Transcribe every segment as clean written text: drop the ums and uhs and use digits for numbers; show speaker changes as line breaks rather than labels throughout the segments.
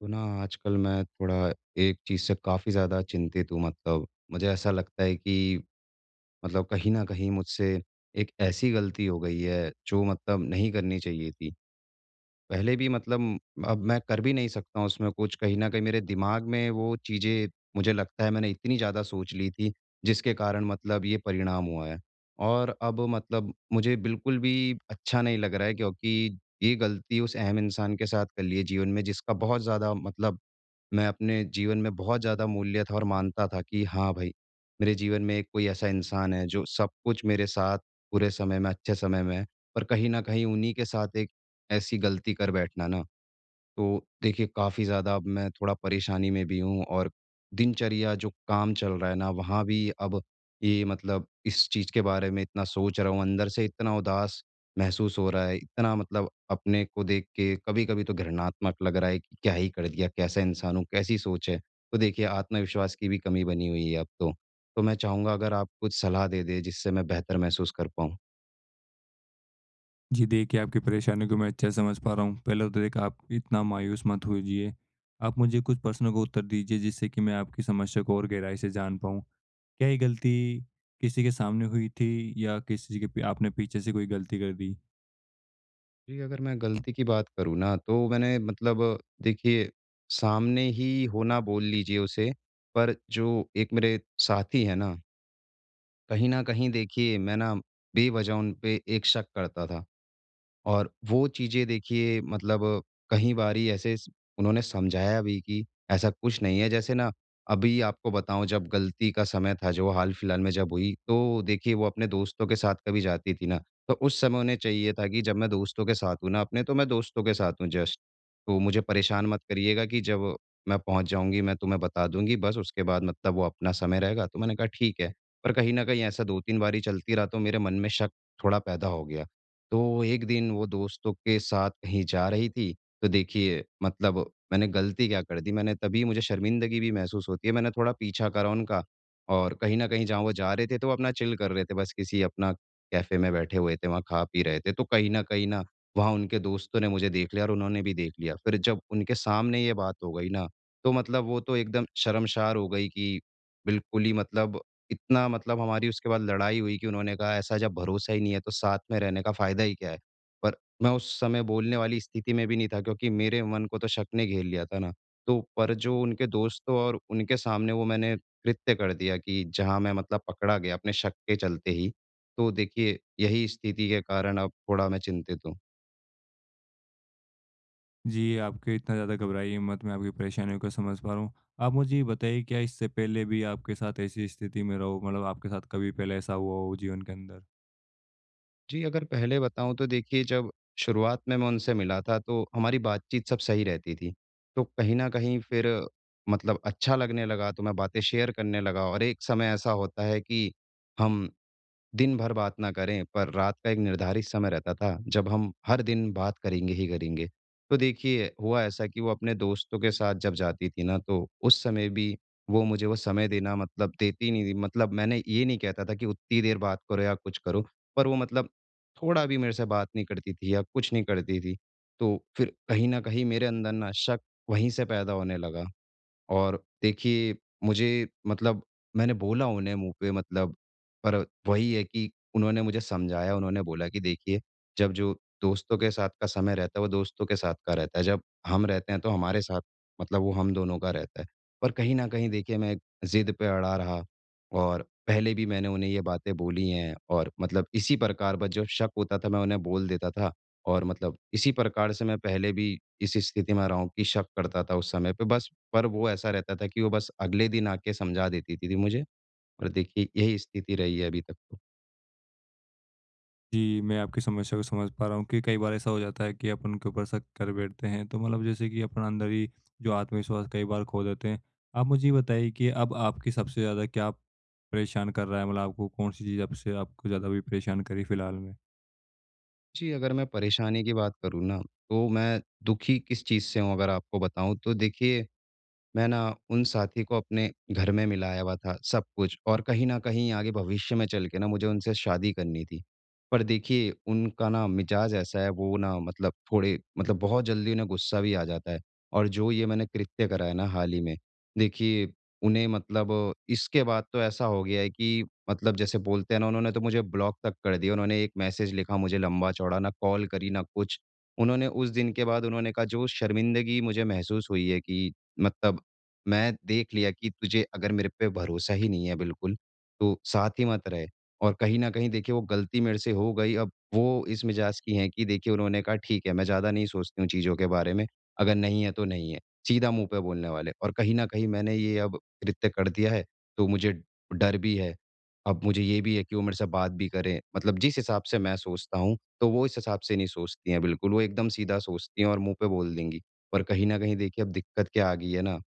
तो ना आजकल मैं थोड़ा एक चीज़ से काफ़ी ज़्यादा चिंतित हूँ। मतलब मुझे ऐसा लगता है कि मतलब कहीं न कहीं मुझसे एक ऐसी गलती हो गई है जो मतलब नहीं करनी चाहिए थी। पहले भी मतलब अब मैं कर भी नहीं सकता हूँ उसमें कुछ। कहीं न कहीं मेरे दिमाग में वो चीज़ें, मुझे लगता है मैंने इतनी ज़्यादा सोच ली थी, जिसके कारण मतलब ये परिणाम हुआ है। और अब मतलब मुझे बिल्कुल भी अच्छा नहीं लग रहा है, क्योंकि ये गलती उस अहम इंसान के साथ कर ली है जीवन में, जिसका बहुत ज़्यादा मतलब मैं अपने जीवन में बहुत ज़्यादा मूल्य था, और मानता था कि हाँ भाई, मेरे जीवन में एक कोई ऐसा इंसान है जो सब कुछ मेरे साथ बुरे समय में, अच्छे समय में है। पर कहीं न कहीं उन्हीं के साथ एक ऐसी गलती कर बैठना ना, तो देखिए काफ़ी ज़्यादा अब मैं थोड़ा परेशानी में भी हूँ। और दिनचर्या जो काम चल रहा है ना, वहाँ भी अब ये मतलब इस चीज़ के बारे में इतना सोच रहा हूँ, अंदर से इतना उदास महसूस हो रहा है, इतना मतलब अपने को देख के कभी-कभी तो घृणात्मक लग रहा है कि क्या ही कर दिया, कैसा इंसान हूँ, कैसी सोच है। तो देखिए आत्मविश्वास की भी कमी बनी हुई है अब तो। तो मैं चाहूँगा अगर आप कुछ सलाह दे दें जिससे मैं बेहतर महसूस कर पाऊँ।
जी देखिए, आपकी परेशानी को मैं अच्छे से समझ पा रहा हूँ। पहले तो देखिए आप इतना मायूस मत होइए। आप मुझे कुछ प्रश्नों का उत्तर दीजिए जिससे कि मैं आपकी समस्या को और गहराई से जान पाऊँ। क्या ये गलती किसी के सामने हुई थी या किसी के पी आपने पीछे से कोई गलती कर दी?
जी, अगर मैं गलती की बात करूँ ना, तो मैंने मतलब देखिए, सामने ही होना बोल लीजिए उसे। पर जो एक मेरे साथी हैं ना, कहीं न कहीं देखिए मैं ना बेवजह उन पे एक शक करता था। और वो चीज़ें देखिए मतलब कई बारी ऐसे स उन्होंने समझाया भी कि ऐसा कुछ नहीं है। जैसे ना अभी आपको बताऊँ, जब गलती का समय था जो हाल-फिलहाल में जब हुई, तो देखिए वो अपने दोस्तों के साथ कभी जाती थी ना, तो उस समय उन्हें चाहिए था कि जब मैं दोस्तों के साथ हूँ ना अपने, तो मैं दोस्तों के साथ हूँ जस्ट। तो मुझे परेशान मत करिएगा कि जब मैं पहुँच जाऊँगी मैं तुम्हें बता दूँगी, बस उसके बाद मतलब वो अपना समय रहेगा। तो मैंने कहा ठीक है। पर कहीं न कहीं ऐसा 2-3 बार ही चलती रहा तो मेरे मन में शक थोड़ा पैदा हो गया। तो एक दिन वो दोस्तों के साथ कहीं जा रही थी, तो देखिए मतलब मैंने गलती क्या कर दी, मैंने तभी, मुझे शर्मिंदगी भी महसूस होती है, मैंने थोड़ा पीछा करा उनका। और कहीं न कहीं जहाँ वो जा रहे थे, तो वो अपना चिल कर रहे थे, बस किसी अपना कैफ़े में बैठे हुए थे, वहाँ खा-पी रहे थे। तो कहीं न कहीं ना, वहाँ उनके दोस्तों ने मुझे देख लिया और उन्होंने भी देख लिया। फिर जब उनके सामने ये बात हो गई ना, तो मतलब वो तो एकदम शर्मशार हो गई कि बिल्कुल ही मतलब इतना मतलब हमारी उसके बाद लड़ाई हुई, कि उन्होंने कहा ऐसा जब भरोसा ही नहीं है तो साथ में रहने का फ़ायदा ही क्या है? पर मैं उस समय बोलने वाली स्थिति में भी नहीं था, क्योंकि मेरे मन को तो शक ने घेर लिया था ना। तो पर जो उनके दोस्तों और उनके सामने वो मैंने कृत्य कर दिया कि जहाँ मैं मतलब पकड़ा गया अपने शक के चलते ही। तो देखिए यही स्थिति के कारण अब थोड़ा मैं चिंतित हूँ।
जी, आपके इतना ज़्यादा घबराइए मत, मैं आपकी परेशानियों को समझ पा रहा हूँ। आप मुझे ये बताइए, क्या इससे पहले भी आपके साथ ऐसी स्थिति में रहो, मतलब आपके साथ कभी पहले ऐसा हुआ हो जीवन के अंदर?
जी, अगर पहले बताऊँ तो देखिए, जब शुरुआत में मैं उनसे मिला था तो हमारी बातचीत सब सही रहती थी। तो कहीं न कहीं फिर मतलब अच्छा लगने लगा तो मैं बातें शेयर करने लगा, और एक समय ऐसा होता है कि हम दिन भर बात ना करें, पर रात का एक निर्धारित समय रहता था, जब हम हर दिन बात करेंगे ही करेंगे। तो देखिए, हुआ ऐसा कि वो अपने दोस्तों के साथ जब जाती थी ना, तो उस समय भी वो मुझे वो समय देना मतलब देती नहीं थी। मतलब मैंने ये नहीं कहता था कि उतनी देर बात करो या कुछ करो, पर वो मतलब थोड़ा भी मेरे से बात नहीं करती थी या कुछ नहीं करती थी। तो फिर कहीं न कहीं मेरे अंदर ना शक वहीं से पैदा होने लगा। और देखिए, मुझे मतलब मैंने बोला उन्हें मुँह पे मतलब, पर वही है कि उन्होंने मुझे समझाया, उन्होंने बोला कि देखिए, जब जो दोस्तों के साथ का समय रहता है, वो दोस्तों के साथ का रहता है। जब हम रहते हैं, तो हमारे साथ मतलब वो हम दोनों का रहता है। पर कहीं न कहीं देखिए, मैं ज़िद पे अड़ा रहा, और पहले भी मैंने उन्हें ये बातें बोली हैं, और मतलब इसी प्रकार बस जब शक होता था, मैं उन्हें बोल देता था। और मतलब इसी प्रकार से मैं पहले भी इस स्थिति में रहा हूँ कि शक करता था उस समय पे बस। पर वो ऐसा रहता था कि वो बस अगले दिन आके समझा देती थी मुझे। और देखिए यही स्थिति रही है अभी तक तो।
जी, मैं आपकी समस्या को समझ पा रहा हूँ कि कई बार ऐसा हो जाता है कि अपन उनके ऊपर शक कर बैठते हैं, तो मतलब जैसे कि अपना अंदर ही जो आत्मविश्वास कई बार खो देते हैं। आप मुझे ये बताइए कि अब आपकी सबसे ज़्यादा क्या परेशान कर रहा है? मतलब आपको कौन-सी चीज़ आपसे आपको ज़्यादा अभी परेशान करी फ़िलहाल में?
जी, अगर मैं परेशानी की बात करूँ ना, तो मैं दुखी किस चीज़ से हूँ अगर आपको बताऊँ तो देखिए मैं ना उन साथी को अपने घर में मिलाया हुआ था, सब कुछ। और कहीं न कहीं आगे भविष्य में चल के ना मुझे उनसे शादी करनी थी। पर देखिए उनका ना मिज़ाज ऐसा है, वो ना मतलब थोड़े मतलब बहुत जल्दी उन्हें गुस्सा भी आ जाता है। और जो ये मैंने कृत्य करा है ना हाल ही में, देखिए उन्हें मतलब इसके बाद तो ऐसा हो गया है कि मतलब जैसे बोलते हैं ना, उन्होंने तो मुझे ब्लॉक तक कर दिया। उन्होंने एक मैसेज लिखा मुझे लंबा-चौड़ा, ना कॉल करी ना कुछ। उन्होंने उस दिन के बाद उन्होंने कहा जो शर्मिंदगी मुझे महसूस हुई है कि मतलब मैं देख लिया कि तुझे अगर मेरे पे भरोसा ही नहीं है बिल्कुल, तो साथ ही मत रह। और कहीं न कहीं देखिए वो गलती मेरे से हो गई। अब वो इस मिजाज की हैं कि देखिए उन्होंने कहा ठीक है, मैं ज़्यादा नहीं सोचती हूँ चीज़ों के बारे में, अगर नहीं है तो नहीं है। सीधा मुँह पे बोलने वाले, और कहीं न कहीं मैंने ये अब कृत्य कर दिया है, तो मुझे डर भी है। अब मुझे ये भी है कि वो मेरे से बात भी करें। मतलब जिस हिसाब से मैं सोचता हूँ, तो वो इस हिसाब से नहीं सोचती हैं बिल्कुल। वो एकदम सीधा सोचती हैं और मुँह पे बोल देंगी। पर कहीं न कहीं देखिए अब दिक्कत क्या आ गई है ना,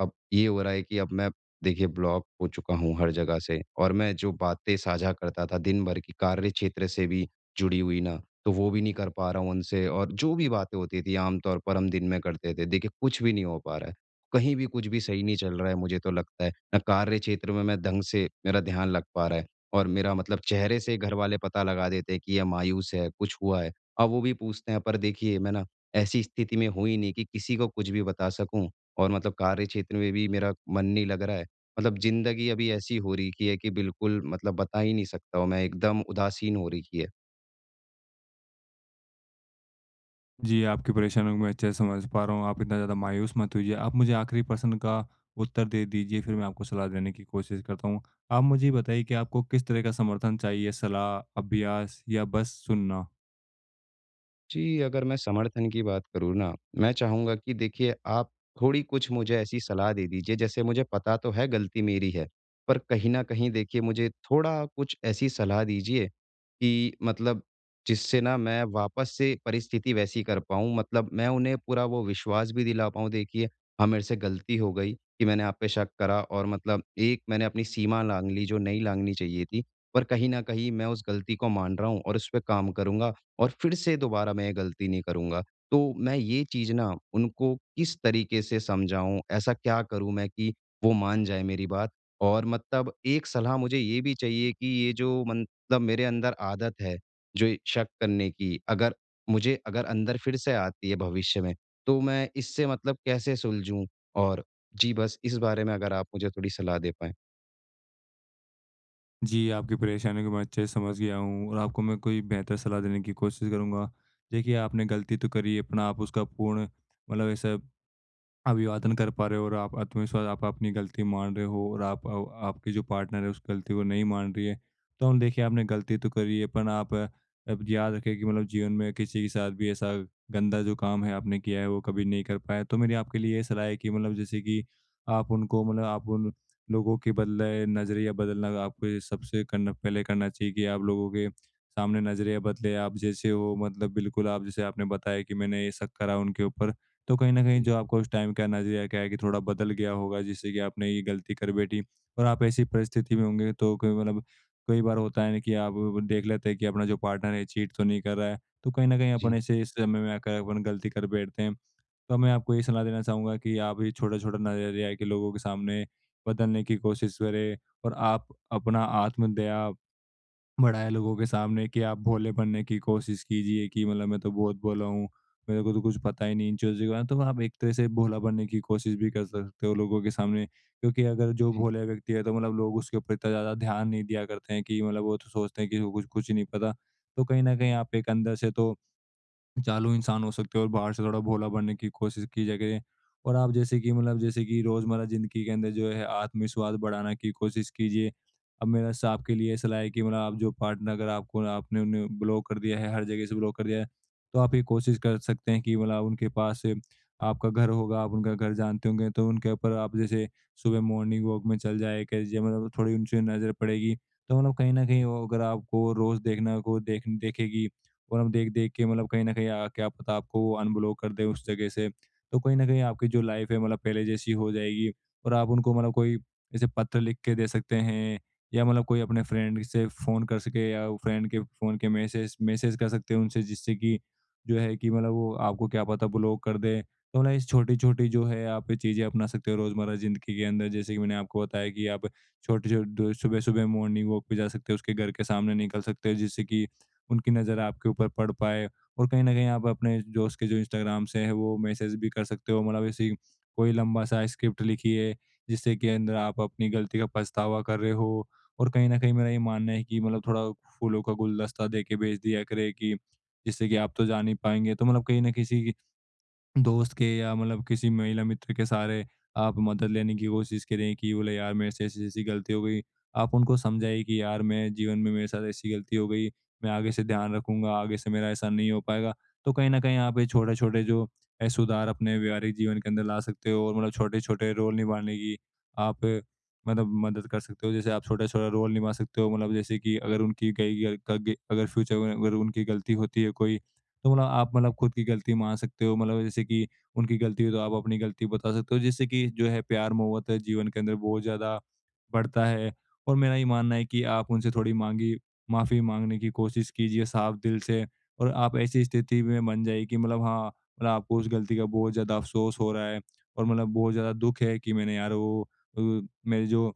अब ये हो रहा है कि अब मैं देखिए ब्लॉक हो चुका हूँ हर जगह से, और मैं जो बातें साझा करता था दिन भर की कार्य क्षेत्र से भी जुड़ी हुई ना, तो वो भी नहीं कर पा रहा हूँ उनसे। और जो भी बातें होती थी आमतौर पर हम दिन में करते थे, देखिए कुछ भी नहीं हो पा रहा है, कहीं भी कुछ भी सही नहीं चल रहा है। मुझे तो लगता है ना, कार्य क्षेत्र में मैं ढंग से मेरा ध्यान लग पा रहा है। और मेरा मतलब चेहरे से घर वाले पता लगा देते हैं कि ये मायूस है, कुछ हुआ है। अब वो भी पूछते हैं, पर देखिए मैं ना ऐसी स्थिति में हुई नहीं कि किसी को कुछ भी बता सकूं। और मतलब कार्य क्षेत्र में भी मेरा मन नहीं लग रहा है। मतलब ज़िंदगी अभी ऐसी हो रही की है कि बिल्कुल मतलब बता ही नहीं सकता हूँ मैं, एकदम उदासीन हो रही है।
जी, आपकी परेशानियों को मैं अच्छे से समझ पा रहा हूँ, आप इतना ज़्यादा मायूस मत होइए। आप मुझे आखिरी प्रश्न का उत्तर दे दीजिए, फिर मैं आपको सलाह देने की कोशिश करता हूँ। आप मुझे ये बताइए कि आपको किस तरह का समर्थन चाहिए, सलाह, अभ्यास या बस सुनना?
जी, अगर मैं समर्थन की बात करूँ ना, मैं चाहूँगा कि देखिए आप थोड़ी कुछ मुझे ऐसी सलाह दे दीजिए, जैसे मुझे पता तो है गलती मेरी है, पर कहीं न कहीं देखिए मुझे थोड़ा कुछ ऐसी सलाह दीजिए कि मतलब जिससे ना मैं वापस से परिस्थिति वैसी कर पाऊँ। मतलब मैं उन्हें पूरा वो विश्वास भी दिला पाऊँ देखिए, हाँ, मेरे से गलती हो गई कि मैंने आप पे शक करा, और मतलब एक मैंने अपनी सीमा लाँघ ली जो नहीं लाँघनी चाहिए थी। पर कहीं न कहीं मैं उस गलती को मान रहा हूँ और उस पे काम करूँगा, और फिर से दोबारा मैं ये गलती नहीं करूँगा। तो मैं ये चीज़ ना उनको किस तरीके से समझाऊँ? ऐसा क्या करूँ मैं कि वो मान जाएँ मेरी बात? और मतलब एक सलाह मुझे ये भी चाहिए कि ये जो मतलब मेरे अंदर आदत है, जो ये शक करने की, अगर मुझे अगर अंदर फिर से आती है भविष्य में, तो मैं इससे मतलब कैसे सुलझूँ? और जी, बस इस बारे में अगर आप मुझे थोड़ी सलाह दे पाएँ।
जी, आपकी परेशानी को मैं अच्छे से समझ गया हूँ और आपको मैं कोई बेहतर सलाह देने की कोशिश करूँगा। देखिए, आपने गलती तो करी है, अपना आप उसका पूर्ण, मतलब ऐसा अभिवादन कर पा रहे हो और आप आत्मविश्वास, आप अपनी गलती मान रहे हो, और आपके जो पार्टनर है, उस गलती को नहीं मान रही है। तो हम देखिए, आपने गलती तो करी है, पर अब याद रखें कि मतलब जीवन में किसी के साथ भी ऐसा गंदा जो काम है आपने किया है, वो कभी नहीं कर पाया। तो मेरी आपके लिए ये सलाह है कि मतलब जैसे कि आप उनको, मतलब आप उन लोगों के बदले नज़रिया बदलना, आपको ये सबसे करना पहले करना चाहिए कि आप लोगों के सामने नज़रिया बदले। आप जैसे हो, मतलब बिल्कुल आप जैसे, आपने बताया कि मैंने ये शक करा उनके ऊपर, तो कहीं न कहीं
जी,
जो आपका उस टाइम का नज़रिया क्या है कि थोड़ा बदल गया होगा, जिससे कि आपने ये गलती कर बैठी। और आप ऐसी परिस्थिति में होंगे तो कोई, मतलब कई बार होता है ना कि आप वो देख लेते हैं कि अपना जो पार्टनर है चीट तो नहीं कर रहा है, तो कहीं न कहीं अपन
जी।
ऐसे इस समय में आकर अपन गलती कर बैठते हैं। तो मैं आपको ये सलाह देना चाहूँगा कि आप ये छोटा-छोटा नज़रिया के लोगों के सामने बदलने की कोशिश करें, और आप अपना आत्मदया बढ़ाया लोगों के सामने, कि आप भोले बनने की कोशिश कीजिए, कि मतलब मैं तो बहुत भोला हूँ, मेरे को तो कुछ पता ही नहीं इन चीज़ों के बारे में। तो आप एक तरह से भोला बनने की कोशिश भी कर सकते हो लोगों के सामने, क्योंकि अगर जो
जी
भोले व्यक्ति है तो मतलब लोग उसके ऊपर इतना ज़्यादा ध्यान नहीं दिया करते हैं, कि मतलब वो तो सोचते हैं कि इसको कुछ कुछ नहीं पता। तो कहीं न कहीं आप एक अंदर से तो चालू इंसान हो सकते हो, और बाहर से थोड़ा भोला बनने की कोशिश की जाए करें। और आप जैसे कि रोज़मर्रा ज़िंदगी के अंदर जो है आत्मविश्वास बढ़ाने की कोशिश कीजिए। अब मेरा स आपके लिए सलाह है कि मतलब आप जो पार्टनर, अगर आपको आपने उन्हें ब्लॉक कर दिया है, हर जगह से ब्लॉक कर दिया है, तो आप ये कोशिश कर सकते हैं कि मतलब उनके पास से, आपका घर होगा, आप उनका घर जानते होंगे, तो उनके ऊपर आप जैसे सुबह मॉर्निंग वॉक में चल जाया कीजिए, मतलब थोड़ी उनसे नज़र पड़ेगी। तो मतलब कहीं न कहीं वो, अगर आपको रोज़ देखना को देख देखेगी, और हम देख-देख के मतलब कहीं न कहीं आ क्या पता आपको वो अनब्लॉक कर दें उस जगह से। तो कहीं न कहीं आपकी जो लाइफ़ है, मतलब पहले जैसी हो जाएगी। और आप उनको, मतलब कोई जैसे पत्र लिख के दे सकते हैं, या मतलब कोई अपने फ्रेंड से फ़ोन कर सके, या फ्रेंड के फ़ोन के मैसेज मैसेज कर सकते हैं उनसे, जिससे कि जो है कि मतलब वो, आपको क्या पता, ब्लॉक कर दें। तो मतलब छोटी-छोटी जो है, आप ये चीज़ें अपना सकते हो रोज़मर्रा ज़िंदगी के अंदर। जैसे कि मैंने आपको बताया कि आप छोटे-छोटे सुबह-सुबह मॉर्निंग वॉक पे जा सकते हो, उसके घर के सामने निकल सकते हो, जिससे कि उनकी नज़र आपके ऊपर पड़ पाए। और कहीं न कहीं आप अपने दोस्त के जो इंस्टाग्राम से है, वो मैसेज भी कर सकते हो, मतलब ऐसी कोई लंबा-सा स्क्रिप्ट लिखिए, जिससे कि अंदर आप अपनी गलती का पछतावा कर रहे हो। और कहीं न कहीं मेरा ये मानना है कि मतलब थोड़ा फूलों का गुलदस्ता देके भेज दिया करें, कि जिससे कि आप तो जा नहीं पाएँगे, तो मतलब कहीं न किसी दोस्त के, या मतलब किसी महिला मित्र के सहारे आप मदद लेने की कोशिश करें, कि बोले यार, मेरे से ऐसी-ऐसी गलती हो गई। आप उनको समझाइए कि यार, मैं जीवन में, मेरे साथ ऐसी गलती हो गई, मैं आगे से ध्यान रखूँगा, आगे से मेरा ऐसा नहीं हो पाएगा। तो कहीं न कहीं आप ये छोटे-छोटे जो है सुधार अपने व्यवहारिक जीवन के अंदर ला सकते हो, और मतलब छोटे-छोटे रोल निभाने की आप अ, मतलब मदद कर सकते हो। जैसे आप छोटा-छोटा रोल निभा सकते हो, मतलब जैसे कि अगर उनकी कहीं, अगर फ्यूचर में अगर उनकी गलती होती है कोई, तो मतलब आप, मतलब खुद की गलती मान सकते हो, मतलब जैसे कि उनकी गलती हो तो आप अपनी गलती बता सकते हो, जिससे कि जो है प्यार मोहब्बत है जीवन के अंदर बहुत ज़्यादा बढ़ता है। और मेरा ये मानना है कि आप उनसे थोड़ी मांगी माफ़ी माँगने की कोशिश कीजिए, साफ दिल से। और आप ऐसी स्थिति में बन जाइए कि मतलब हाँ, मतलब आपको उस गलती का बहुत ज़्यादा अफ़सोस हो रहा है, और मतलब बहुत ज़्यादा दुःख है, कि मैंने यार वो, अ, मेरे जो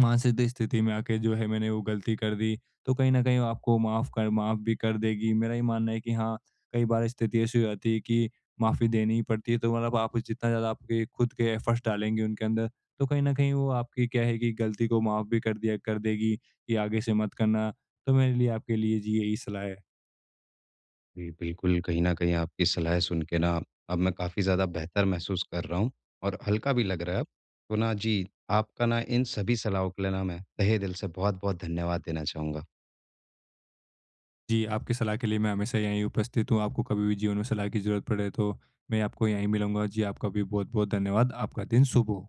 मानसिक स्थिति में आके जो है मैंने वो गलती कर दी, तो कहीं न कहीं वो आपको माफ़ भी कर देगी। मेरा ये मानना है कि हाँ, कई बार स्थिति ऐसी हो जाती है कि माफ़ी देनी ही पड़ती है, तो मतलब आप जितना ज़्यादा आपके खुद के एफर्ट्स डालेंगे उनके अंदर, तो कहीं न कहीं वो आपकी क्या है कि गलती को माफ़ भी कर देगी, कि आगे से मत करना। तो मेरे लिए आपके लिए जी यही सलाह है।
जी, बिल्कुल, कहीं न कहीं आपकी सलाह सुन के ना अब मैं काफ़ी ज़्यादा बेहतर महसूस कर रहा हूँ, और हल्का भी लग रहा है अब। तो ना जी, आपका ना इन सभी सलाहों के लिए ना मैं तहे दिल से बहुत-बहुत धन्यवाद देना चाहूँगा।
जी, आपकी सलाह के लिए मैं हमेशा यहीं उपस्थित हूँ। आपको कभी भी जीवन में सलाह की ज़रूरत पड़े तो मैं आपको यहीं मिलूँगा। जी, आपका भी बहुत-बहुत धन्यवाद। आपका दिन शुभ हो।